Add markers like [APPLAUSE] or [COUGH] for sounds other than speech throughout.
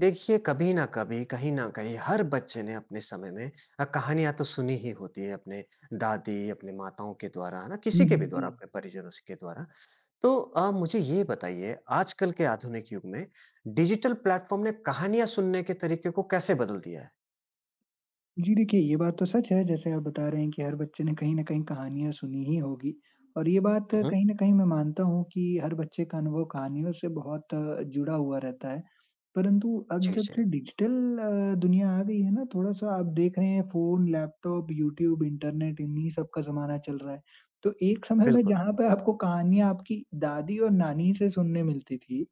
देखिए, कभी न कभी, कहीं न कहीं हर बच्चे ने अपने समय में कहानियाँ तो सुनी ही होती है अपने दादी, अपने माताओं के द्वारा, है ना? किसी के भी द्वारा, जी। अपने परिजनों स के द्वारा। तो मुझे ये बताइए आजकल के आधुनिक युग में डिजिटल प्लेटफ़ॉर्म ने कहानियाँ सुनने के तरीके को कैसे बदल दिया है? जी देखिए, ये बात तो सच है जैसे आप बता रहे हैं कि हर बच्चे ने कहीं न कहीं कहानियाँ सुनी ही होगी और ये बात हुँ, हुँ। कहीं न कहीं मैं मानता हूँ कि हर बच्चे का अनुभव कहानियों से बहुत जुड़ा हुआ रहता है। परंतु अब जी, जब जी। से डिजिटल दुनिया आ गई है ना, थोड़ा-सा आप देख रहे हैं फ़ोन, लैपटॉप, यूट्यूब, इंटरनेट इन्हीं सब का ज़माना चल रहा है। तो एक समय में बिल्कुल। जहाँ पे आपको कहानियाँ आपकी दादी और नानी से सुनने मिलती थी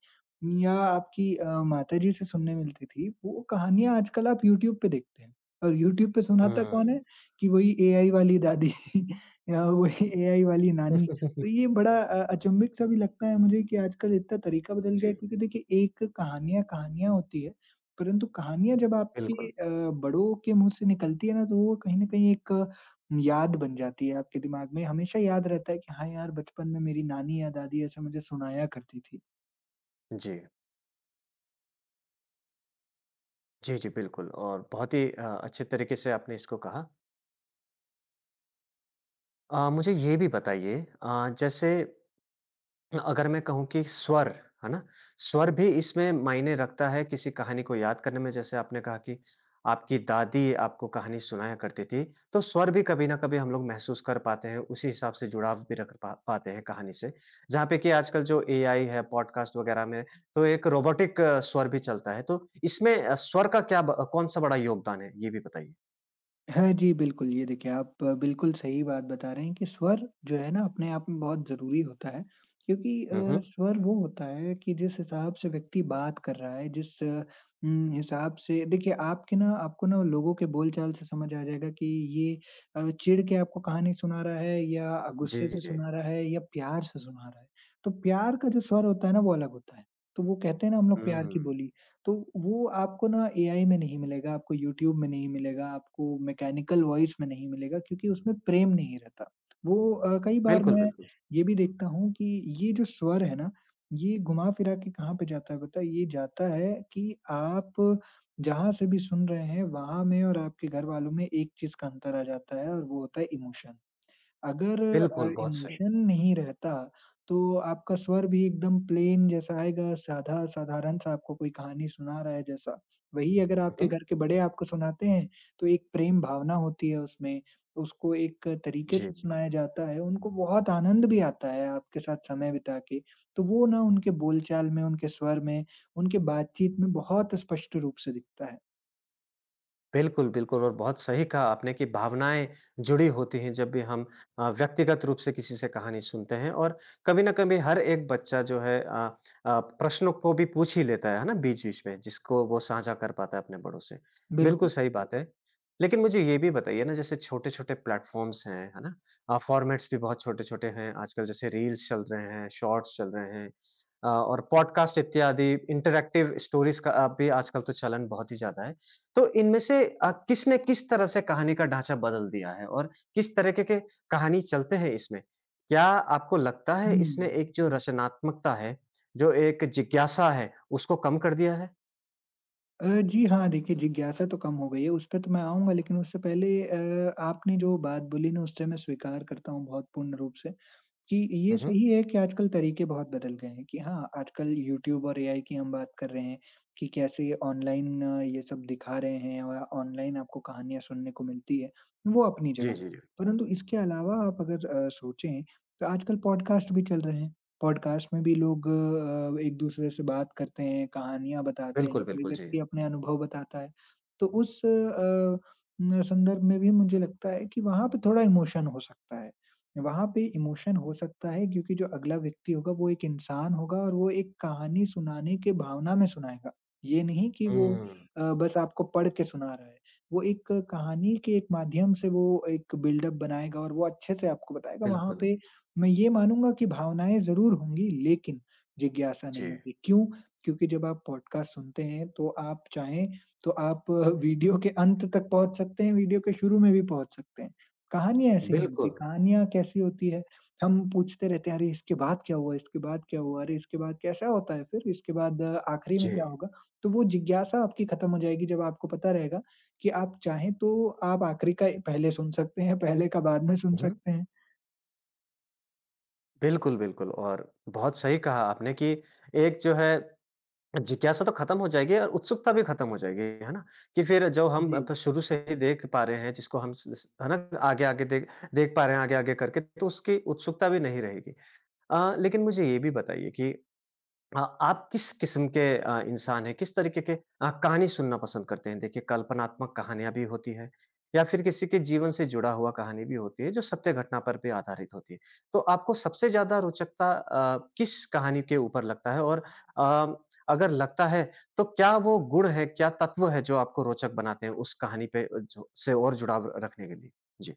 या आपकी माताजी से सुनने मिलती थी, वो कहानियाँ आजकल आप यूट्यूब पे देखते हैं। और यूट्यूब पे सुनाता कौन हुँ, है? कि वही एआई वाली दादी [LAUGHS] या वही एआई वाली नानी। तो ये बड़ा अचंभित सा भी लगता है मुझे कि आजकल इतना तरीका बदल गया है जी, क्योंकि देखिए एक कहानियाँ, कहानियाँ होती है, परंतु कहानियाँ जब आपके बिल्कुल। बड़ों के मुँह से निकलती है ना तो वो कहीं न कहीं एक याद बन जाती है आपके दिमाग में। हमेशा याद रहता है कि हाँ यार बचपन में मेरी नानी या दादी ऐसे मुझे सुनाया करती थी। जी। जी, जी, बिल्कुल और बहुत ही अच्छे तरीके से आपने इसको कहा। मुझे ये भी बताइए जैसे अगर मैं कहूँ कि स्वर, है ना? स्वर भी इसमें मायने रखता है किसी कहानी को याद करने में, जैसे आपने कहा कि आपकी दादी आपको कहानी सुनाया करती थी, तो स्वर भी कभी न कभी हम लोग महसूस कर पाते हैं, उसी हिसाब से जुड़ाव भी रख पा पाते हैं कहानी से। जहाँ पे कि आजकल जो एआई है, पॉडकास्ट वगैरह में, तो एक रोबोटिक स्वर भी चलता है, तो इसमें स्वर का क्या ब कौन-सा बड़ा योगदान है? ये भी बताइए। हाँ जी, बिल्कुल। ये देखिए, आप बिल्कुल सही बात बता रहे हैं कि स्वर जो है ना अपने आप में बहुत ज़रूरी होता है क्योंकि हुँ, हुँ। स्वर वो होता है कि जिस हिसाब से व्यक्ति बात कर रहा है, जिस हिसाब से देखिए आपके ना आपको ना लोगों के बोलचाल से समझ आ जाएगा कि ये चिढ़ के आपको कहानी सुना रहा है या जी, गुस्से से जी। सुना रहा है या प्यार से सुना रहा है। तो प्यार का जो स्वर होता है ना वो अलग होता है। तो वो कहते हैं ना हम लोग प्यार की हुँ। बोली तो वो आपको ना एआई में नहीं मिलेगा, आपको यूट्यूब में नहीं मिलेगा, आपको मैकेनिकल वॉइस में नहीं मिलेगा क्योंकि उसमें प्रेम नहीं रहता। वो कई बार बिल्कुल, मैं बिल्कुल। ये भी देखता हूँ कि ये जो स्वर है ना, ये घुमा-फिरा के कहाँ पे जाता है पता है? ये जाता है कि आप जहाँ से भी सुन रहे हैं, वहाँ में और आपके घर वालों में एक चीज़ का अंतर आ जाता है और वो होता है इमोशन। अगर बिल्कुल, बहुत सही। इमोशन नहीं रहता, तो आपका स्वर भी एकदम प्लेन जैसा आएगा, साधा साधारण-सा आपको कोई कहानी सुना रहा है जैसा। वहीं अगर हुँ, आपके हुँ। घर के बड़े आपको सुनाते हैं, तो एक प्रेम भावना होती है उसमें, उसको एक तरीके जी। से सुनाया जाता है, उनको बहुत आनंद भी आता है आपके साथ समय बिता के। तो वो ना उनके बोलचाल में, उनके स्वर में, उनके बातचीत में बहुत स्पष्ट रूप से दिखता है। बिल्कुल, बिल्कुल और बहुत सही कहा आपने कि भावनाएँ जुड़ी होती हैं जब भी हम व्यक्तिगत रूप से किसी से कहानी सुनते हैं और कभी न कभी हर एक बच्चा जो है प्रश्नों को भी पूछ ही लेता है ना? बीच-बीच में जिसको वो साझा कर पाता है अपने बड़ों से। बिल्कुल बिल्कुल। सही जी। बात है। लेकिन मुझे ये भी बताइए ना जैसे छोटे-छोटे प्लेटफ़ॉर्म्स हैं, है ना? फ़ॉर्मेट्स भी बहुत छोटे-छोटे हैं आजकल जैसे रील्स चल रहे हैं, शॉर्ट्स चल रहे हैं और पॉडकास्ट इत्यादि इंटरैक्टिव स्टोरीज़ का भी आजकल तो चलन बहुत ही ज़्यादा है। तो इनमें से किसने किस तरह से कहानी का ढाँचा बदल दिया है और किस तरीके के कहानी चलते हैं इसमें? क्या आपको लगता है इसने हुँ। एक जो रचनात्मकता है, जो एक जिज्ञासा है, उसको कम कर दिया है? जी हाँ, देखिए जिज्ञासा तो कम हो गई है, उसपे तो मैं आऊँगा लेकिन उससे पहले आपने जो बात बोली ना उससे मैं स्वीकार करता हूँ बहुत पूर्ण रूप से। जी, ये हुँ, हुँ। सही है कि आजकल तरीके बहुत बदल गए हैं कि हाँ, आजकल यूट्यूब और एआई की हम बात कर रहे हैं कि कैसे ऑनलाइन ये सब दिखा रहे हैं और ऑनलाइन आपको कहानियाँ सुनने को मिलती है, वो अपनी जी, जगह। जी, जी। परंतु इसके अलावा आप अगर सोचें तो आजकल पॉडकास्ट भी चल रहे हैं। पॉडकास्ट में भी लोग एक-दूसरे से बात करते हैं, कहानियाँ बताते बिल्कुल, हैं, कोई बिल्कुल, जी। व्यक्ति अपने अनुभव बताता है। तो उस अ, न संदर्भ में भी मुझे लगता है कि वहाँ पे थोड़ा इमोशन हो सकता है। वहाँ पे इमोशन हो सकता है क्योंकि जो अगला व्यक्ति होगा वो एक इंसान होगा और वो एक कहानी सुनाने के भावना में सुनाएगा। ये नहीं कि वो हुँ। बस आपको पढ़ के सुना रहा है। वो एक कहानी के एक माध्यम से वो एक बिल्डअप बनाएगा और वो अच्छे से आपको बताएगा। वहाँ बिल्कुल। पे मैं ये मानूँगा कि भावनाएँ ज़रूर होंगी लेकिन जिज्ञासा जी। नहीं होगी। क्यों? क्योंकि जब आप पॉडकास्ट सुनते हैं तो आप चाहें तो आप वीडियो के अंत तक पहुँच सकते हैं, वीडियो के शुरू में भी पहुँच सकते हैं। कहानियाँ ऐसी नहीं होती, बिल्कुल। कहानियाँ कैसी होती है, हम पूछते रहते हैं, "अरे! इसके बाद क्या हुआ? इसके बाद क्या हुआ? अरे! इसके बाद कैसा होता है फिर? इसके बाद आखिरी जी। में क्या होगा?" तो वो जिज्ञासा आपकी खत्म हो जाएगी जब आपको पता रहेगा कि आप चाहें तो आप आखिरी का पहले सुन सकते हैं, पहले का बाद में सुन हुँ, हुँ। सकते हैं। बिल्कुल, बिल्कुल और बहुत सही कहा आपने कि एक जो है जिज्ञासा तो खत्म हो जाएगी और उत्सुकता भी खत्म हो जाएगी, है ना? कि फिर जो हम जी। अब शुरू से ही देख पा रहे हैं, जिसको हम स स है ना? आगे-आगे देख देख पा रहे हैं आगे-आगे करके, तो उसकी उत्सुकता भी नहीं रहेगी। लेकिन मुझे ये भी बताइए कि आप किस किस्म के इंसान हैं? किस तरीके के कहानी सुनना पसंद करते हैं? देखिए कल्पनात्मक कहानियाँ भी होती हैं या फिर किसी के जीवन से जुड़ा हुआ कहानी भी होती है जो सत्य घटना पर भी आधारित होती है। तो आपको सबसे ज़्यादा रोचकता किस कहानी के ऊपर लगता है? और अ, अगर लगता है तो क्या वो गुण है, क्या तत्व है जो आपको रोचक बनाते हैं उस कहानी पे जो से और जुड़ाव रखने के लिए? जी।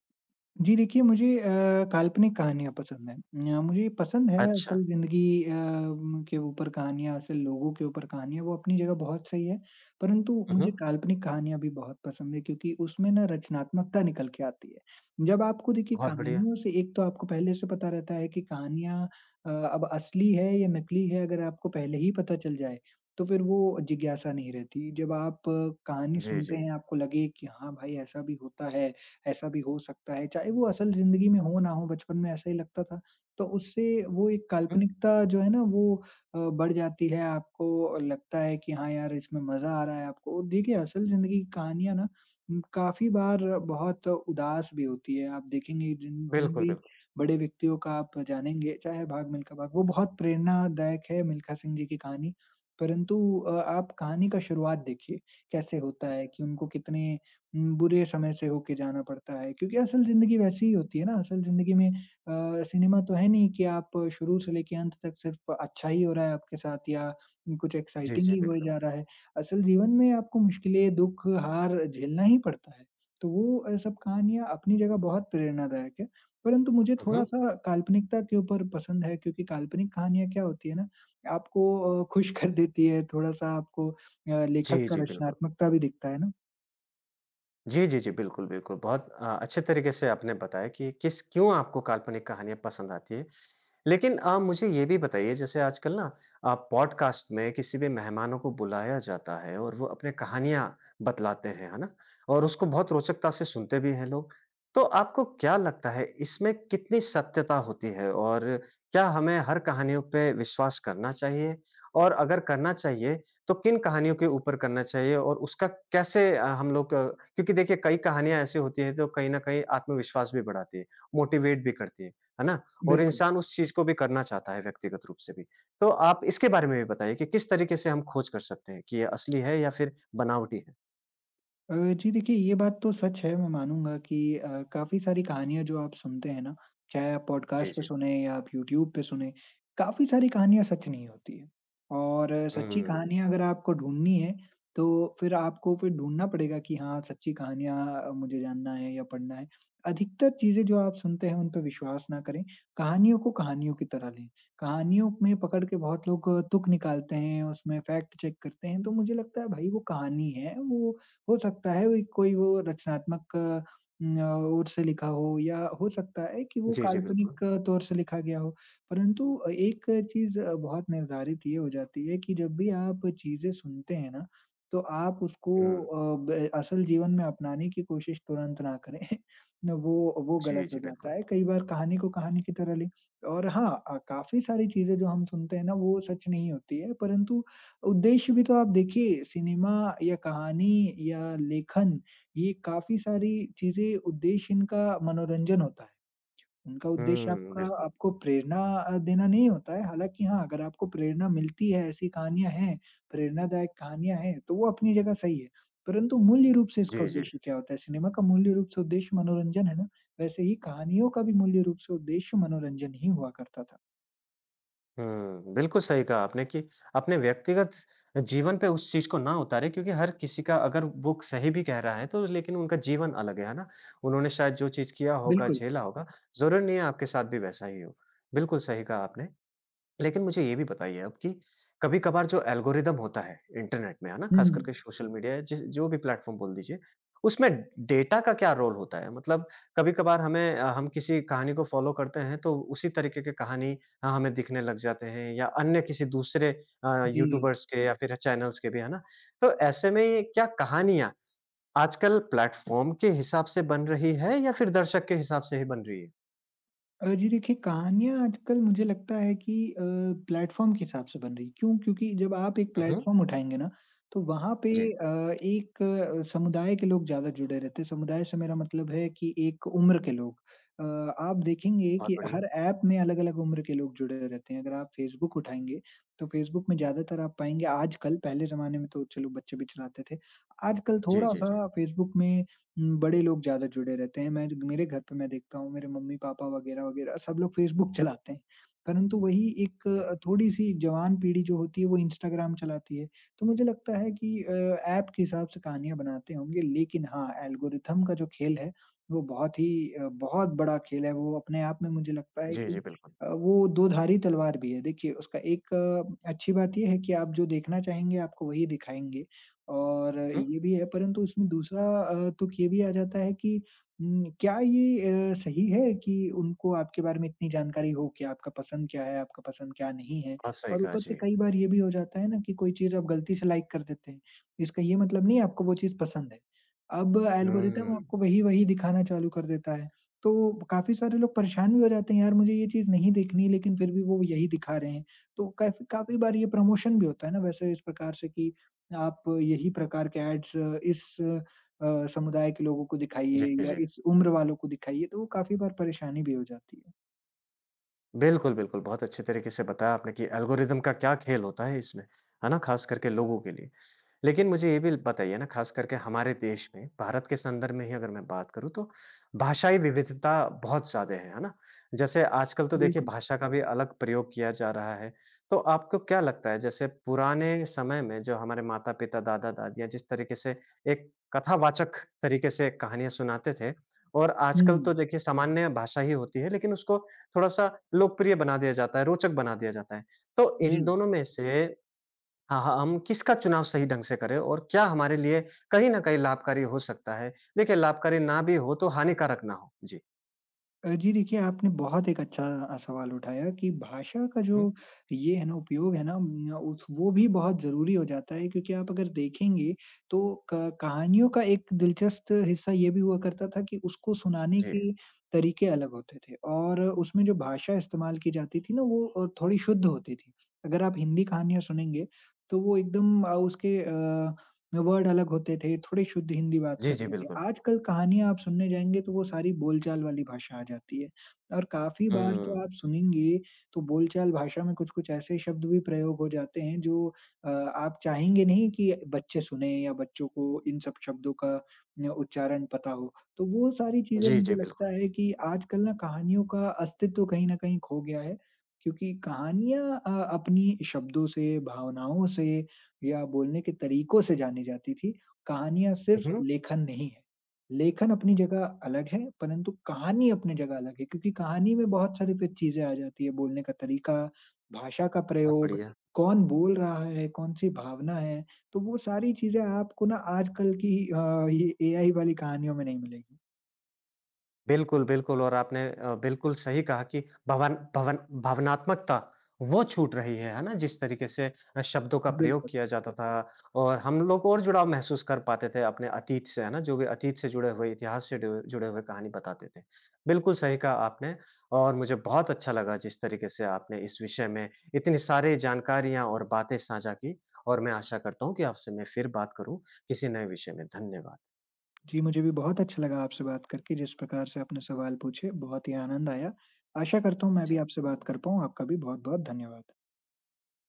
जी देखिए, मुझे काल्पनिक कहानियाँ पसंद हैं। मुझे पसंद है अच्छा। असल ज़िंदगी अ, म के ऊपर कहानियाँ, असल लोगों के ऊपर कहानियाँ, वो अपनी जगह बहुत सही है। परंतु हुँ, मुझे हुँ। काल्पनिक कहानियाँ भी बहुत पसंद है क्योंकि उसमें ना रचनात्मकता निकल के आती है। जब आपको देखिए बहुत बढ़िया। कहानियों से एक तो आपको पहले से पता रहता है कि कहानियाँ अब असली है या नकली है, अगर आपको पहले ही पता चल जाए, तो फिर वो जिज्ञासा नहीं रहती। जब आप कहानी जी, सुनते जी। हैं, आपको लगे कि हाँ भाई, ऐसा भी होता है ऐसा भी हो सकता है, चाहे वो असल ज़िंदगी में हो ना हो, बचपन में ऐसा ही लगता था। तो उससे वो एक हुँ, काल्पनिकता जो है ना वो बढ़ जाती है, आपको लगता है कि हाँ यार इसमें मज़ा आ रहा है आपको। और देखिए असल ज़िंदगी की कहानियाँ ना काफ़ी बार बहुत उदास भी होती है। आप देखेंगे जिन जिन बिल्कुल, भी बिल्कुल। बड़े व्यक्तियों का आप जानेंगे, चाहे भाग मिल्खा भाग, वो बहुत प्रेरणादायक है मिल्खा सिंह जी की कहानी। परंतु आप कहानी का शुरुआत देखिए, कैसे होता है कि उनको कितने बुरे समय से होके जाना पड़ता है क्योंकि असल ज़िंदगी वैसी ही होती है ना, असल ज़िंदगी में सिनेमा तो है नहीं कि आप शुरू से लेके अंत तक सिर्फ़ अच्छा ही हो रहा है आपके साथ या कुछ जी, एक्साइटिंग जी, ही होए बिल्कुल। जा रहा है। असल जीवन में आपको मुश्किलें, दुःख, हार झेलना ही पड़ता है। तो वो सब कहानियाँ अपनी जगह बहुत प्रेरणादायक है, परंतु मुझे हुँ, हुँ। थोड़ा-सा काल्पनिकता के ऊपर पसंद है क्योंकि काल्पनिक कहानियाँ क्या होती है ना, आपको खुश कर देती है, थोड़ा-सा आपको लेखक जी, का जी, बिल्कुल। रचनात्मकता भी दिखता है ना। जी, जी, जी। बिल्कुल, बिल्कुल। बहुत अच्छे तरीके से आपने बताया कि किस क्यों आपको काल्पनिक कहानियाँ पसंद आती हैं। लेकिन मुझे ये भी बताइए जैसे आजकल ना पॉडकास्ट में किसी भी मेहमानों को बुलाया जाता है और वो अपने कहानियाँ बतलाते हैं, है ना? और उसको बहुत रोचकता से सुनते भी हैं लोग। तो आपको क्या लगता है इसमें कितनी सत्यता होती है और क्या हमें हर कहानियों पे विश्वास करना चाहिए? और अगर करना चाहिए तो किन कहानियों के ऊपर करना चाहिए और उसका कैसे हम लोग क्योंकि देखिए कई कहानियाँ ऐसी होती हैं तो कहीं न कहीं आत्मविश्वास भी बढ़ाती है, मोटिवेट भी करती है ना? और बिल्कुल। इंसान उस चीज़ को भी करना चाहता है व्यक्तिगत रूप से भी। तो आप इसके बारे में भी बताइए कि किस तरीके से हम खोज कर सकते हैं कि ये असली है या फिर बनावटी है? अ, जी देखिए, ये बात तो सच है, मैं मानूँगा कि काफ़ी सारी कहानियाँ जो आप सुनते हैं ना, चाहे आप जी, पॉडकास्ट पे जी। सुने या आप यूट्यूब पे सुने, काफ़ी सारी कहानियाँ सच नहीं होती हैं। और सच्ची हुँ। कहानियाँ अगर आपको ढूँढनी है, तो फिर आपको फिर ढूँढना पड़ेगा कि हाँ, सच्ची कहानियाँ मुझे जानना है या पढ़ना है। अधिकतर चीज़ें जो आप सुनते हैं, उन पे विश्वास ना करें। कहानियों को कहानियों की तरह लें। कहानियों में पकड़ के बहुत लोग तुक निकालते हैं, उसमें फैक्ट चेक करते हैं, तो मुझे लगता है, भई, वो कहानी है, वो हो सकता है वही कोई वो रचनात्मक अ, न, ओर से लिखा हो या हो सकता है कि वो जी, जी, बिल्कुल। काल्पनिक तौर से लिखा गया हो। परंतु एक चीज़ बहुत निर्धारित ये हो जाती है कि जब भी आप चीज़ें सुनते हैं ना, तो आप उसको हुँ। अ, ब असल जीवन में अपनाने की कोशिश तुरंत ना करें। [LAUGHS] न वो वो जी, गलत जी, हो जाता बिल्कुल। है। कई बार कहानी को कहानी की तरह लें और हाँ काफ़ी सारी चीज़ें जो हम सुनते हैं ना, वो सच नहीं होती है, परंतु उद्देश्य भी तो आप देखिए सिनेमा या कहानी या लेखन ये काफ़ी सारी चीज़ें उद्देश्य इनका मनोरंजन होता है। उनका उद्देश्य हुँ, आपका बिल्कुल। आपको प्रेरणा देना नहीं होता है। हालाँकि हाँ, अगर आपको प्रेरणा मिलती है, ऐसी कहानियाँ हैं, प्रेरणादायक कहानियाँ हैं, तो वो अपनी जगह सही है। परंतु मूल्य रूप से इसका जी, जी। उद्देश्य क्या होता है? सिनेमा का मूल्य रूप से उद्देश्य मनोरंजन है ना, वैसे ही कहानियों का भी मूल्य रूप से उद्देश्य मनोरंजन ही हुआ करता था। हुँ, बिल्कुल सही कहा आपने कि अपने व्यक्तिगत जीवन पे उस चीज़ को ना उतारें क्योंकि हर किसी का अगर वो सही भी कह रहा है तो लेकिन उनका जीवन अलग है ना? उन्होंने शायद जो चीज़ किया होगा, बिल्कुल। झेला होगा, ज़रूरी नहीं है आपके साथ भी वैसा ही हो। बिल्कुल सही कहा आपने। लेकिन मुझे ये भी बताइए आप कि कभी-कभार जो एल्गोरिदम होता है इंटरनेट में, है ना? हुँ, ख़ास करके हुँ। सोशल मीडिया या जिस जो भी प्लेटफ़ॉर्म बोल दीजिए, उसमें डेटा का क्या रोल होता है? मतलब कभी-कभार हम किसी कहानी को फ़ॉलो करते हैं, तो उसी तरीके की कहानी हमें दिखने लग जाते हैं या अन्य किसी दूसरे जी। यूट्यूबर्स के या फिर चैनल्स के भी, है ना? तो ऐसे में ये क्या कहानियाँ आजकल प्लेटफ़ॉर्म के हिसाब से बन रही है या फिर दर्शक के हिसाब से ही बन रही है? जी देखिए, कहानियाँ आजकल मुझे लगता है कि प्लेटफ़ॉर्म के हिसाब से बन रही है। क्यों? क्योंकि जब आप एक हुँ, हुँ। प्लेटफ़ॉर्म उठाएँगे ना, तो वहाँ पे जी, एक समुदाय के लोग ज़्यादा जुड़े रहते हैं। समुदाय से मेरा मतलब है कि एक उम्र के लोग। अ, आप देखेंगे बहुत कि बढ़िया। हर ऐप में अलग-अलग उम्र के लोग जुड़े रहते हैं। अगर आप फ़ेसबुक उठाएँगे, तो फ़ेसबुक में ज़्यादातर आप पाएँगे आजकल, पहले ज़माने में तो चलो बच्चे भी चलाते थे। आजकल जी, जी, जी। थोड़ा-सा फ़ेसबुक में हुँ, बड़े लोग ज़्यादा जुड़े रहते हैं। मैं ज मेरे घर पे मैं देखता हूँ मेरे मम्मी-पापा वगैरह-वगैरह सब लोग फ़ेसबुक चलाते हैं। परंतु वही एक हुँ। थोड़ी-सी जवान पीढ़ी जो होती है वो इंस्टाग्राम चलाती है। तो मुझे लगता है कि ऐप के हिसाब से कहानियाँ बनाते होंगे लेकिन हाँ, एल्गोरिथम का जो खेल है वो बहुत ही बहुत बड़ा खेल है। वो अपने आप में मुझे लगता है जी, जी, कि बिल्कुल। वो दोधारी तलवार भी है। देखिए उसका एक अच्छी बात ये है कि आप जो देखना चाहेंगे आपको वही दिखाएँगे। और हुँ, ये भी है परंतु उसमें दूसरा तुक ये भी आ जाता है कि क्या ये सही है कि उनको आपके बारे में इतनी जानकारी हो कि आपका पसंद क्या है, आपका पसंद क्या नहीं है? बहुत सही और कहा, ऊपर से जी। कई बार ये भी हो जाता है ना कि कोई चीज़ आप गलती से लाइक कर देते हैं, इसका ये मतलब नहीं है आपको वो चीज़ पसंद है। अब एल्गोरिदम हुँ, आपको वही-वही दिखाना चालू कर देता है, तो काफ़ी सारे लोग परेशान भी हो जाते हैं, यार मुझे ये चीज़ नहीं देखनी लेकिन फिर भी वो यही दिखा रहे हैं। तो काफ़ी काफ़ी बार ये प्रमोशन भी होता है ना वैसे इस प्रकार से कि आप यही प्रकार के एड्स इस समुदाय के लोगों को जी, दिखाइए या जी। इस उम्र वालों को दिखाइए, तो वो काफ़ी बार परेशानी भी हो जाती है। बिल्कुल, बिल्कुल, बहुत अच्छे तरीके से बताया आपने कि एल्गोरिदम का क्या खेल होता है इसमें, है ना? ख़ास करके लोगों के लिए। लेकिन मुझे ये भी बताइए ना ख़ास करके हमारे देश में, भारत के संदर्भ में ही अगर मैं बात करूँ तो भाषाई विविधता बहुत ज़्यादा है ना? जैसे आजकल तो देखिए बिल्कुल। भाषा का भी अलग प्रयोग किया जा रहा है। तो आपको क्या लगता है जैसे पुराने समय में जो हमारे माता-पिता, दादा-दादियाँ जिस तरीके से एक कथावाचक तरीके से कहानियाँ सुनाते थे और हुँ, आजकल तो देखिए सामान्य भाषा ही होती है लेकिन उसको थोड़ा-सा लोकप्रिय बना दिया जाता है, रोचक बना दिया जाता है। तो जी। इन दोनों में से हाँ, हाँ, हम किसका चुनाव सही ढंग से करें और क्या हमारे लिए कहीं न कहीं लाभकारी हो सकता है? देखिए लाभकारी ना भी हो तो हानिकारक ना हो। जी। जी देखिए, आपने बहुत एक अच्छा सवाल उठाया कि भाषा का जो हुँ, ये है ना उपयोग है ना उस वो भी बहुत ज़रूरी हो जाता है क्योंकि आप अगर देखेंगे तो क कहानियों का एक दिलचस्प हिस्सा ये भी हुआ करता था कि उसको सुनाने जी। के तरीके अलग होते थे और उसमें जो भाषा इस्तेमाल की जाती थी ना वो थोड़ी शुद्ध होती थी। अगर आप हिंदी कहानियाँ सुनेंगे तो वो एकदम उसके अ वर्ड अलग होते थे, थोड़ी शुद्ध हिंदी बात जी, जी, करते थे। बिल्कुल। आजकल कहानियाँ आप सुनने जाएँगे तो वो सारी बोलचाल वाली भाषा आ जाती है और काफ़ी बार तो हुँ। आप सुनेंगे तो बोलचाल भाषा में कुछ-कुछ ऐसे शब्द भी प्रयोग हो जाते हैं जो आप चाहेंगे नहीं कि बच्चे सुने या बच्चों को इन सब शब्दों का न उच्चारण पता हो। तो वो सारी चीज़ें जी, जी, मुझे बिल्कुल। लगता है कि आजकल ना कहानियों का अस्तित्व कहीं न कहीं खो गया है क्योंकि कहानियाँ अपनी शब्दों से, भावनाओं से या बोलने के तरीकों से जानी जाती थी। कहानियाँ सिर्फ़ हुँ, हुँ। लेखन नहीं है। लेखन अपनी जगह अलग है, परंतु कहानी अपनी जगह अलग है क्योंकि कहानी में बहुत सारी फिर चीज़ें आ जाती है, बोलने का तरीका, भाषा का बहुत प्रयोग, बढ़िया। कौन बोल रहा है, कौन-सी भावना है, तो वो सारी चीज़ें आपको ना आजकल की ये एआई वाली कहानियों में नहीं मिलेगी। बिल्कुल, बिल्कुल और आपने बिल्कुल सही कहा कि भवन भवन भावनात्मकता वो छूट रही है ना? जिस तरीके से शब्दों का प्रयोग बिल्कुल। किया जाता था और हम लोग और जुड़ाव महसूस कर पाते थे अपने अतीत से, है ना? जो भी अतीत से जुड़े हुए, इतिहास से डु जुड़े हुए कहानी बताते थे। बिल्कुल सही कहा आपने और मुझे बहुत अच्छा लगा जिस तरीके से आपने इस विषय में इतनी सारी जानकारियाँ और बातें साझा की और मैं आशा करता हूँ कि आपसे मैं फिर बात करूँ किसी नए विषय में। धन्यवाद। जी, मुझे भी बहुत अच्छा लगा आपसे बात करके, जिस प्रकार से आपने सवाल पूछे, बहुत ही आनंद आया। आशा करता हूँ मैं भी जी। आपसे बात कर पाऊँ। आपका भी बहुत-बहुत धन्यवाद।